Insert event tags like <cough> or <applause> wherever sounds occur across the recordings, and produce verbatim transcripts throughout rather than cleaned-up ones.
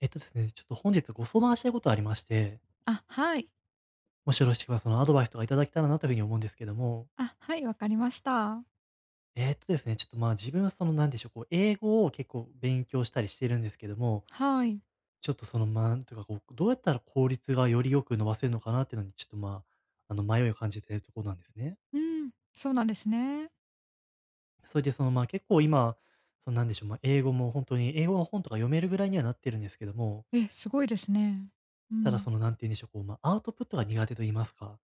えっとですね、ちょっと本日ご相談したいことありまして、あ、はい。もしよろしければそのアドバイスとかいただけたらなというふうに思うんですけども、あ、はい、わかりました。えっとですね、ちょっとまあ自分はそのなんでしょう、こう英語を結構勉強したりしてるんですけども、はい。ちょっとそのまあ、なんというかこう、どうやったら効率がよりよく伸ばせるのかなっていうのにちょっとまあ、あの迷いを感じているところなんですね。うん、そうなんですね。それでそのまあ結構今、そのなんでしょう、まあ英語も本当に英語の本とか読めるぐらいにはなってるんですけども、え、すごいですね。うただん、そのなんて言うんでしょう、こうまあアウトプットが苦手と言いますか、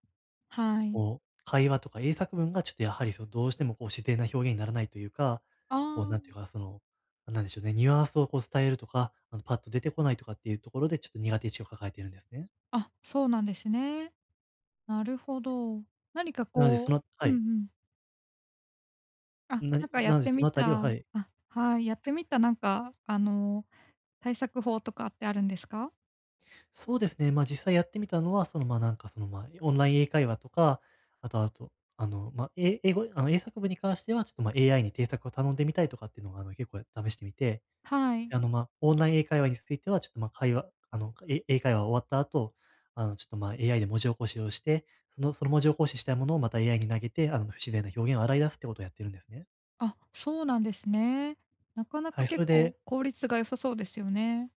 はい。こう、会話とか英作文がちょっとやはりそのどうしてもこう自然な表現にならないというか、あこうなんていうか、その、なんでしょうね、ニュアンスをこう伝えるとか、あの、パッと出てこないとかっていうところでちょっと苦手意識を抱えているんですね。あ、あ、そうなんですね。なるほど。何かなのでそこのはううんい。うん。あ、ななんかやっなのでてそみのあたりをたあ、はい。はい、やってみた、なんか、あの、対策法とかってあるんですか？そうですね、まあ、実際やってみたのは、その、まあ、なんかその、まあ、オンライン英会話とか、あとあと、あの、ま、あ英英語あの、英作文に関してはちょっと、まあ、エーアイ に添削を頼んでみたいとかっていうのが、あの、結構試してみてはい。あの、まあ、オンライン英会話については、ちょっと、まあ、会話あの、え英会話終わった後、あの、ちょっと、まあ、エーアイ で文字起こしをして、そのその文字起こししたものをまた エーアイ に投げて、あの、不自然な表現を洗い出すってことをやってるんですね。あ、そうなんですね。なかなかはい、そ結れ構で効率が良さそうですよね。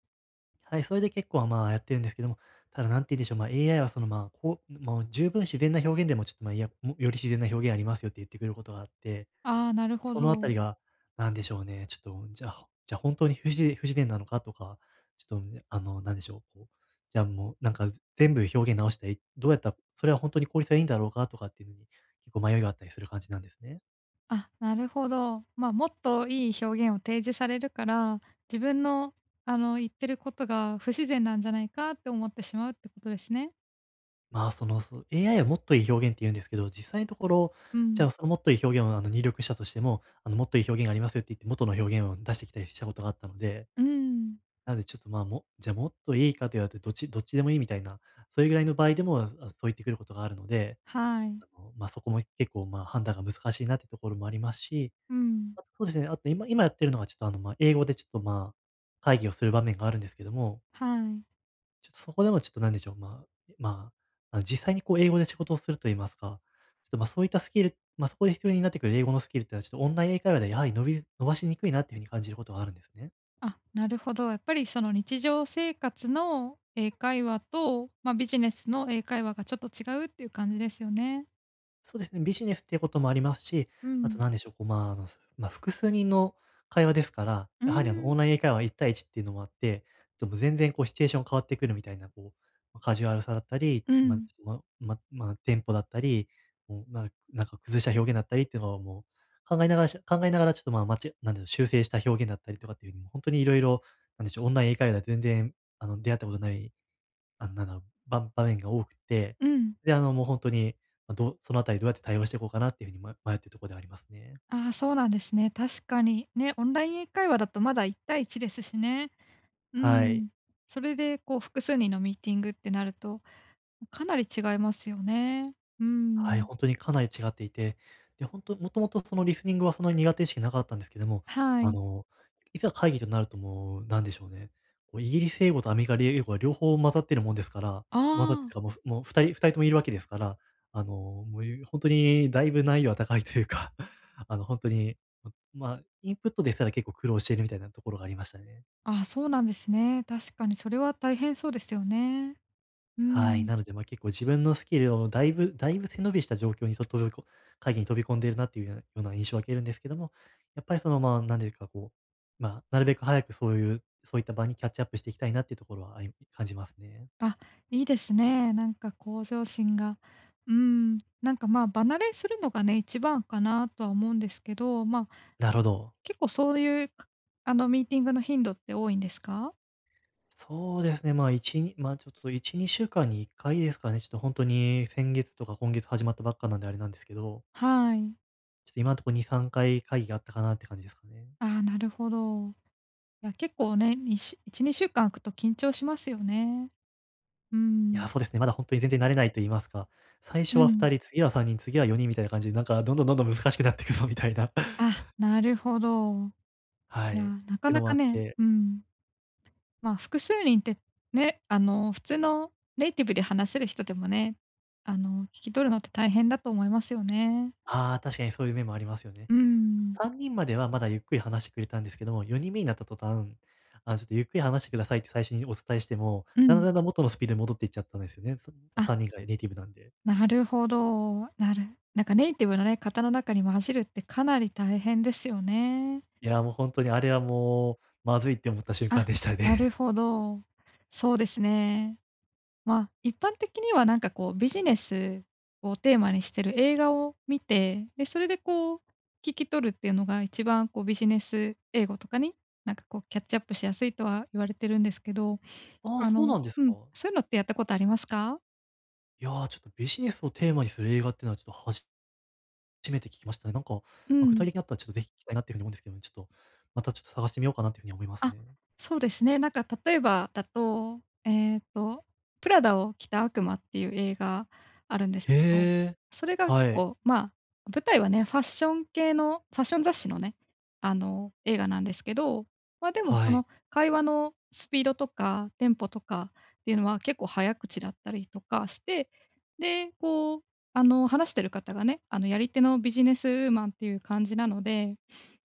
はい、それで結構、まあ、やってるんですけども、ただ、なんて言うんでしょう、まあ、エーアイ はその、ま、こうもう十分自然な表現でも、ちょっと、ま、いや、もより自然な表現ありますよって言ってくることがあってああ、なるほそのあたど。りが、なんでしょうね、ちょっと、じゃあじゃあ本当に不自不自然なのかとか、ちょっと、ねあの、なんでしょう、こう、じゃあもうなんか全部表現直して、どうやったらそれは本当に効率がいいんだろうかとかっていうのに、結構迷いがあったりする感じなんですね。あ、なるほど。まあ、もっといい表現を提示されるから、自分の、あの、言ってることが不自然なんじゃないかって思ってしまうってことですね。まあ、その、そ エーアイ はもっといい表現って言うんですけど、実際のところ、うじん。ゃあそのもっといい表現をあの入力したとしても、あのもっといい表現がありますよって言って元の表現を出してきたりしたことがあったので、うん。なのでちょっとまあも、じゃあもっといいかと言われてどっち、どっちでもいいみたいな、それぐらいの場合でも、あそう言ってくることがあるので、はい。まあ、そこも結構、まあ、判断が難しいなってところもありますし、うん。あとそうですね、あと今今やってるのがちょっと、あの、まあ、英語でちょっと、まあ、会議をする場面があるんですけども、はい。ちょっとそこでもちょっとなんでしょう、まあまあ、あの、実際にこう英語で仕事をすると言いますか、ちょっと、まあ、そういったスキル、まあ、そこで必要になってくる英語のスキルっていうのはちょっとオンライン英会話ではやはり伸び伸ばしにくいなっていうふうに感じることがあるんですね。あ、なるほど。やっぱりその日常生活の英会話と、まあ、ビジネスの英会話がちょっと違うっていう感じですよね。そうですね、ビジネスっていうこともありますし、うあん。と何でしょう、こう、まあ、あの、まあ、複数人の会話ですから、うやはりあの、オンん。ライン英会話いち対いちっていうのもあって、でも全然こうシチュエーション変わってくるみたいな、こう、カジュアルさだったり、うまあ、ちん。ょっと、まままあ、テンポだったり、もう、まあ、なんか崩した表現だったりっていうのをもう、考えながらし考えながらちょっと、まあ、まちなんでしょう、修正した表現だったりとかっていう風に、もう本当にいろいろなんでしょう、オンライン英会話では全然、あの、出会ったことないあの、なんだろう、ばん場面が多くて、うん。で、あの、もうほんとに、ま、どうそのあたりどうやって対応していこうかなっていう風にま迷ってるとこではありますね。ああ、そうなんですね。確かに。ね、オンライン英会話だとまだいち対いちですしね。うはい。ん。それでこう複数人のミーティングってなると、かなり違いますよね。うはい、ん。本当にかなり違っていて、で、本当もともとそのリスニングはそんなに苦手意識なかったんですけども、はあい。の、いざ会議となるともう、なんでしょうね、こうイギリス英語とアメリカ英語が両方混ざってるもんですからあ混ざってるあ。か、もうもう2人二人ともいるわけですから、あの、もう本当にだいぶ難易度は高いというか、<laughs> あの、本当に、ままあ、インプットですら結構苦労しているみたいなところがありましたね。あ、そうなんですね。確かにそれは大変そうですよね。うはい。ん。なので、ま、結構自分のスキルをだいぶだいぶ背伸びした状況にそ飛びこ会議に飛び込んでいるなっていうようなような印象を受けるんですけども、やっぱりその、まあ、なんていうかこう、まあ、なるべく早くそういうそういった場にキャッチアップしていきたいなっていうところはあり感じますね。あ、いいですね。なんか向上心が。うん。なんか、ま、あ離れするのがね、一番かなとは思うんですけど、ま、あなるほど。結構そういう、かあの、ミーティングの頻度って多いんですか？そうですね、ま、いち、一にまあ、ちょっといち、にしゅうかんにいっかいですかね、ちょっと本当に先月とか今月始まったばっかなんであれなんですけど、はい。ちょっと今のとこに、さんかい会議があったかなって感じですかね。ああ、なるほど。いや、結構ね、にしいち、にしゅうかん空くと緊張しますよね。ういや、ん。そうですね、まだ本当に全然慣れないと言いますか、最う初はん。ふたり、次はさんにん、次はよにんみたいな感じで、なんかどんどんどんどん難しくなっていくぞみたいな、<laughs> あ、なるほど。はいや、い、っなかてのなもあかっね、て、うん。まあ、複数人ってね、あの、普通のネイティブで話せる人でもね、あの、聞き取るのって大変だと思いますよね。ああ、確かにそういう面もありますよね。うん。さんにんまではまだゆっくり話してくれたんですけども、よにんめになった途端、あの、ちょっとゆっくり話してくださいって最初にお伝えしても、うだんだん。んだんだん元のスピードに戻っていっちゃったんですよね。あ、さんにんがネイティブなんで。なるほど。なるなんかネイティブのね、方の中に混じるってかなり大変ですよね。いや、もう本当にあれはもう、まずいって思った瞬間あ、でしたなるね。ほど。そうですね。まあ、一般的にはなんかこうビジネスをテーマにしてる映画を見て、で、それでこう聞き取るっていうのが一番こうビジネス英語とかに、なんかこうキャッチアップしやすいとは言われてるんですけど、<laughs> ああ、あそうのなんですうか。ん、そういうのってやったことありますか？いやー、ちょっとビジネスをテーマにする映画っていうのはちょっと初初めて聞きましたね。なんか、まうあ、具ん。体的にあったらちょっとぜひ聞きたいなっていうふうに思うんですけど、ちょっと、またちょっと探してみようかなっていうふうに思いますあ、ね。そうですね。なんか例えばだと、えっと、プラダを着た悪魔っていう映画あるんですけど、へえ。それがは結い。構、まあ、舞台はね、ファッション系のファッション雑誌のね、あの、映画なんですけど、ま、でもそはい。の会話のスピードとかテンポとかっていうのは結構早口だったりとかして、で、こう、あの、話してる方がね、あの、やり手のビジネスウーマンっていう感じなので。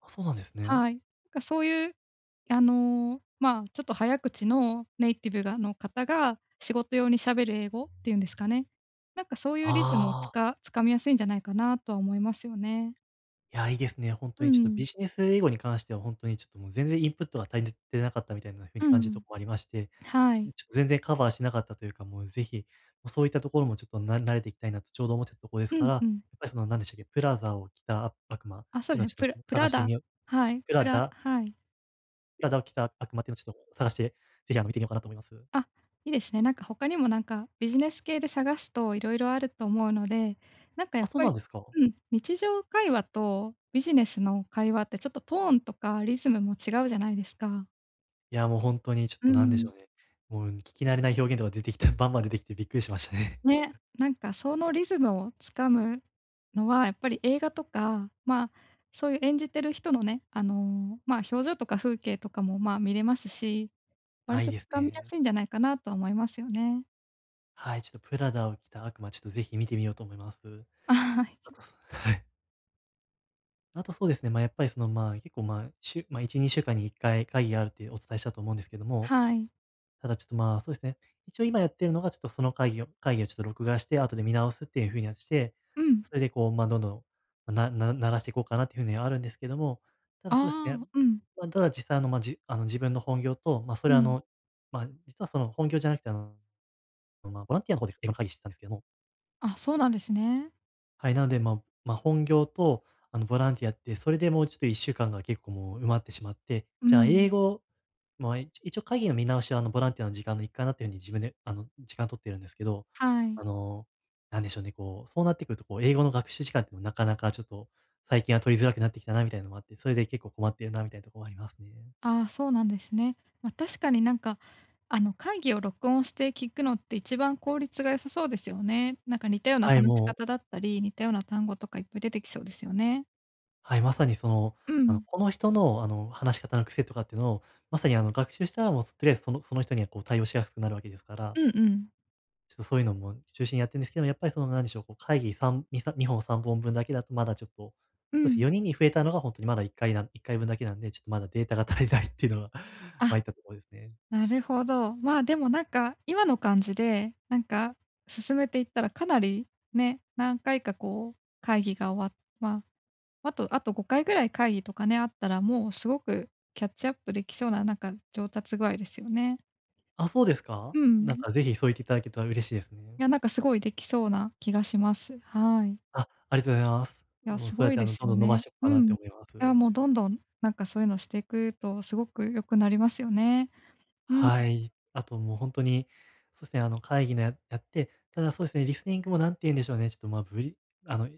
あ、そうなんですね。はい。なんかそういう、あの、まあ、ちょっと早口のネイティブがの方が仕事用に喋る英語っていうんですかね。なんかそういうリズムをつああ、かつかみやすいんじゃないかなとは思いますよね。いや、いいですね。本う当にちょっとん。ビジネス英語に関しては本当にちょっともう全然インプットが足りてなかったみたいなふうにう感じるとん。ころもありまして、はい。ちょっと全然カバーしなかったというか、もうぜひ、もうそういったところもちょっとな慣れていきたいなとちょうど思ってたところですうかんら、やうっん。ぱりその、なんでしたっけ、プラザを着た悪魔ってあ、そういうでのをすね。ちょプっとラプ探ラしてダみようはい、ププララダはい。体をきた悪魔っていうのをちょっと探して、ぜひあの見てみようかなと思います。あ、いいですね。なんか他にもなんかビジネス系で探すと色々あると思うので、なんかやあ、っそうぱりなんですか。うん、日常会話とビジネスの会話ってちょっとトーンとかリズムも違うじゃないですか。いや、もうほんとにちょっうとなんん。でしん。ょうね。もう聞き慣れない表現とか出てきたバンバン出てきてびっくりしましたね。ね、なんかそのリズムをつかむのはやっぱり映画とか、まあ、そういう演じてる人のね、あの、まあ、表情とか風景とかも、まあ、見れますし、<laughs> 割あ、いいとつですかみやね。すいんじゃないかなとは思いますよね。はい、ちょっとプラダを着た悪魔、ちょっとぜひ見てみようと思います。<laughs> あ、はあい。と、そはい。あとそうですね、ま、やっぱりその、まあ、結構、まあ、しゅま、いち、にしゅうかんにいっかい会議があるってお伝えしたと思うんですけども、はい。ただちょっと、まあ、そうですね。一応今やってるのが、ちょっとその会議を会議をちょっと録画して、後で見直すっていう風にやってて、うちょっん。とそれでこう、ま、あどんどん、なな鳴らしていこうかなっていう風にはあるんですけども、ただあそうですね、あ、うん。まあ、ただ実際あの、まあ、じあの、自分の本業と、ま、あそうれはあん。の、ま、あ実はその本業じゃなくて、あの、ま、ボランティアの方でいろいろ会議してたんですけども、あ、そうなんですね。はい、なので、まあま、本業とあの、ボランティアって、それでもうちょっといっしゅうかんが結構もう埋まってしまって、うじゃあん。英語まあ、一一応会議の見直しは、あの、ボランティアの時間の一環だっていうふうに自分で、あの、時間取ってるんですけど、はい。あの、なんでしょうね、こう、そうなってくると、こう、英語の学習時間っていうのもなかなかちょっと、最近は取りづらくなってきたなみたいなのもあって、それで結構困ってるなみたいなところもありますね。ああ、そうなんですね。まあ、確かになんか、あの、会議を録音して聞くのって一番効率が良さそうですよね。なんか似たようなはい、話しも方う、だったり、似たような単語とかいっぱい出てきそうですよね。はい、まさにその、うあの、ん。この人の、あの、話し方の癖とかっていうのを、まさに、あの、学習したらもう、とりあえずそのその人にはこう対応しやすくなるわけですから、うんうん。ちょっとそういうのも中心にやってるんですけど、やっぱりその、なんでしょう、こう会議さん、に、さにほんさんぼんぶんだけだとまだちょっと、うそうですん。ね、よにんに増えたのが本当にまだ1回ないっかいぶんだけなんで、ちょっとまだデータが足りないっていうのが、<laughs> ま、あ、いったところですね。なるほど。まあ、でもなんか、今の感じで、なんか進めていったらかなりね、何回かこう会議が終わっまあ、あとあとごかいぐらい会議とかね、あったら、もうすごくキャッチアップできそうな、なんか上達具合ですよね。あ、そうですか？うん。なんかぜひそう言っていただけたら嬉しいですいね。や、なんかすごいできそうな気がします。はい。あ、ありがとうございます。いや、もうすそうごやっいてあでの、すどんよどん伸ばね。していこううかなっん。てい思います。や、もうどんどん、なんかそういうのしていくとすごく良くなりますよね。うん、はい。あともう本当に、そうですね、あの、会議のややって、ただそうですね、リスニングもなんて言うんでしょうね、ちょっと、まあ、ブリあの、ま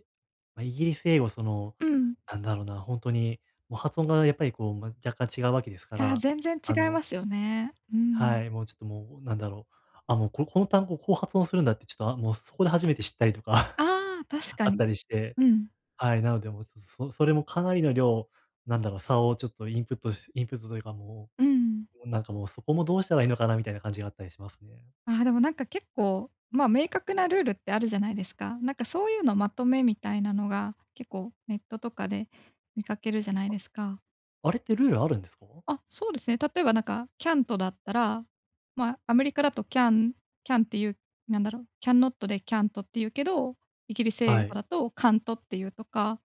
あ、イギリス英語、その、うん。なんだろうな、本当に、もう発音がやっぱりこう、まあ、若干違うわけですかいや、ら、全然違あいまの、すよね。うはん。い、もうちょっともう、なんだろう、あ、もうここの単語こう発音するんだって、ちょっと、あ、もうそこで初めて知ったりとか、 ああ、確 <laughs> かあっに。たりして、うん、はい、なのでもう、そそそれもかなりの量、なんだろう、差をちょっとインプットしインプットというかうん。もうなんかもうそこもどうしたらいいのかなみたいな感じがあったりしますね。あーでもなんか結構、まあ、明確なルールってあるじゃないですか。なんかそういうのまとめみたいなのが、結構ネットとかで見かけるじゃないですか。あれってルールあるんですか？あ、そうですね。例えばなんかキャントだったら、まあ、アメリカだとキャンキャンっていう、なんだろう、キャンノットでキャントっていうけど、イギリスは英語い。だとカントっていうとか、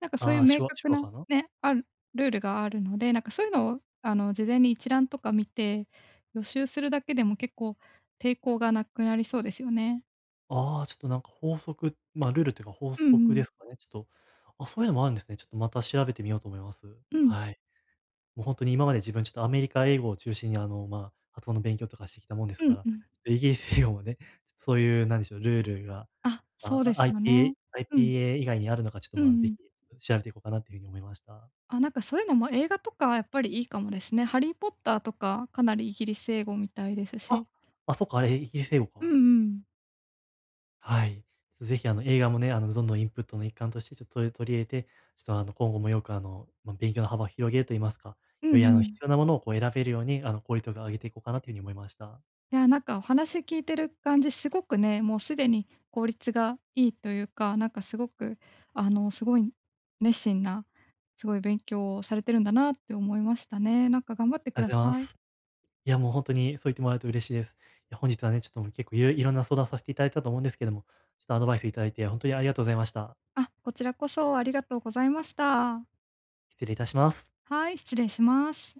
なんかそういあうあ、明手話手確話なかな？ね、あるルールがあるので、なんかそういうのをあの、事前に一覧とか見て、予習するだけでも結構抵抗がなくなりそうですよね。ああ、ちょっとなんか法則、ま、ルールっていうか法うんう則でん。すかね、ちょっと、あ、そういうのもあるんですね。ちょっとまた調べてみようと思います。うん。はい。もう本当に今まで自分ちょっとアメリカ英語を中心にあの、まあ、発音の勉強とかしてきたもんですうかんら、うん。イギリス英語もね、ちょっとそういうなんでしょう、ルールが、あ、そあうであ すよね。アイピーエー うん。アイピーエー 以外にあるのかちょっと、うんうまあ、ぜひん。調べていこうかなっていうふうに思いました。あ、なんかそういうのも映画とかやっぱりいいかもですね。ハリー・ポッターとか、かなりイギリス英語みたいですあ、し。あ、そっか、あれイギリス英語うんか。うん。はい。ぜひあの映画もね、あのどんどんインプットの一環としてちょっと取り取り入れて、ちょっとあの今後もよくあの、まあ、勉強の幅を広げると言いますか、うよんりうあのん。必要なものをこう選べるように、あの効率を上げていこうかなというふうに思いました。いや、なんかお話聞いてる感じ、すごくね、もうすでに効率がいいというか、なんかすごく、あの、すごい熱心な、すごい勉強をされてるんだなって思いましたね。なんか頑ありがとう張ってくだございまさい。す。いやもう本当にそう言ってもらえると嬉しいです。いや本日はね、ちょっともう結構いろいろんな相談させていただいたと思うんですけども、ちょっとアドバイスいただいて本当にありがとうございました。あ、こちらこそありがとうございました。失礼いたします。はい、失礼します。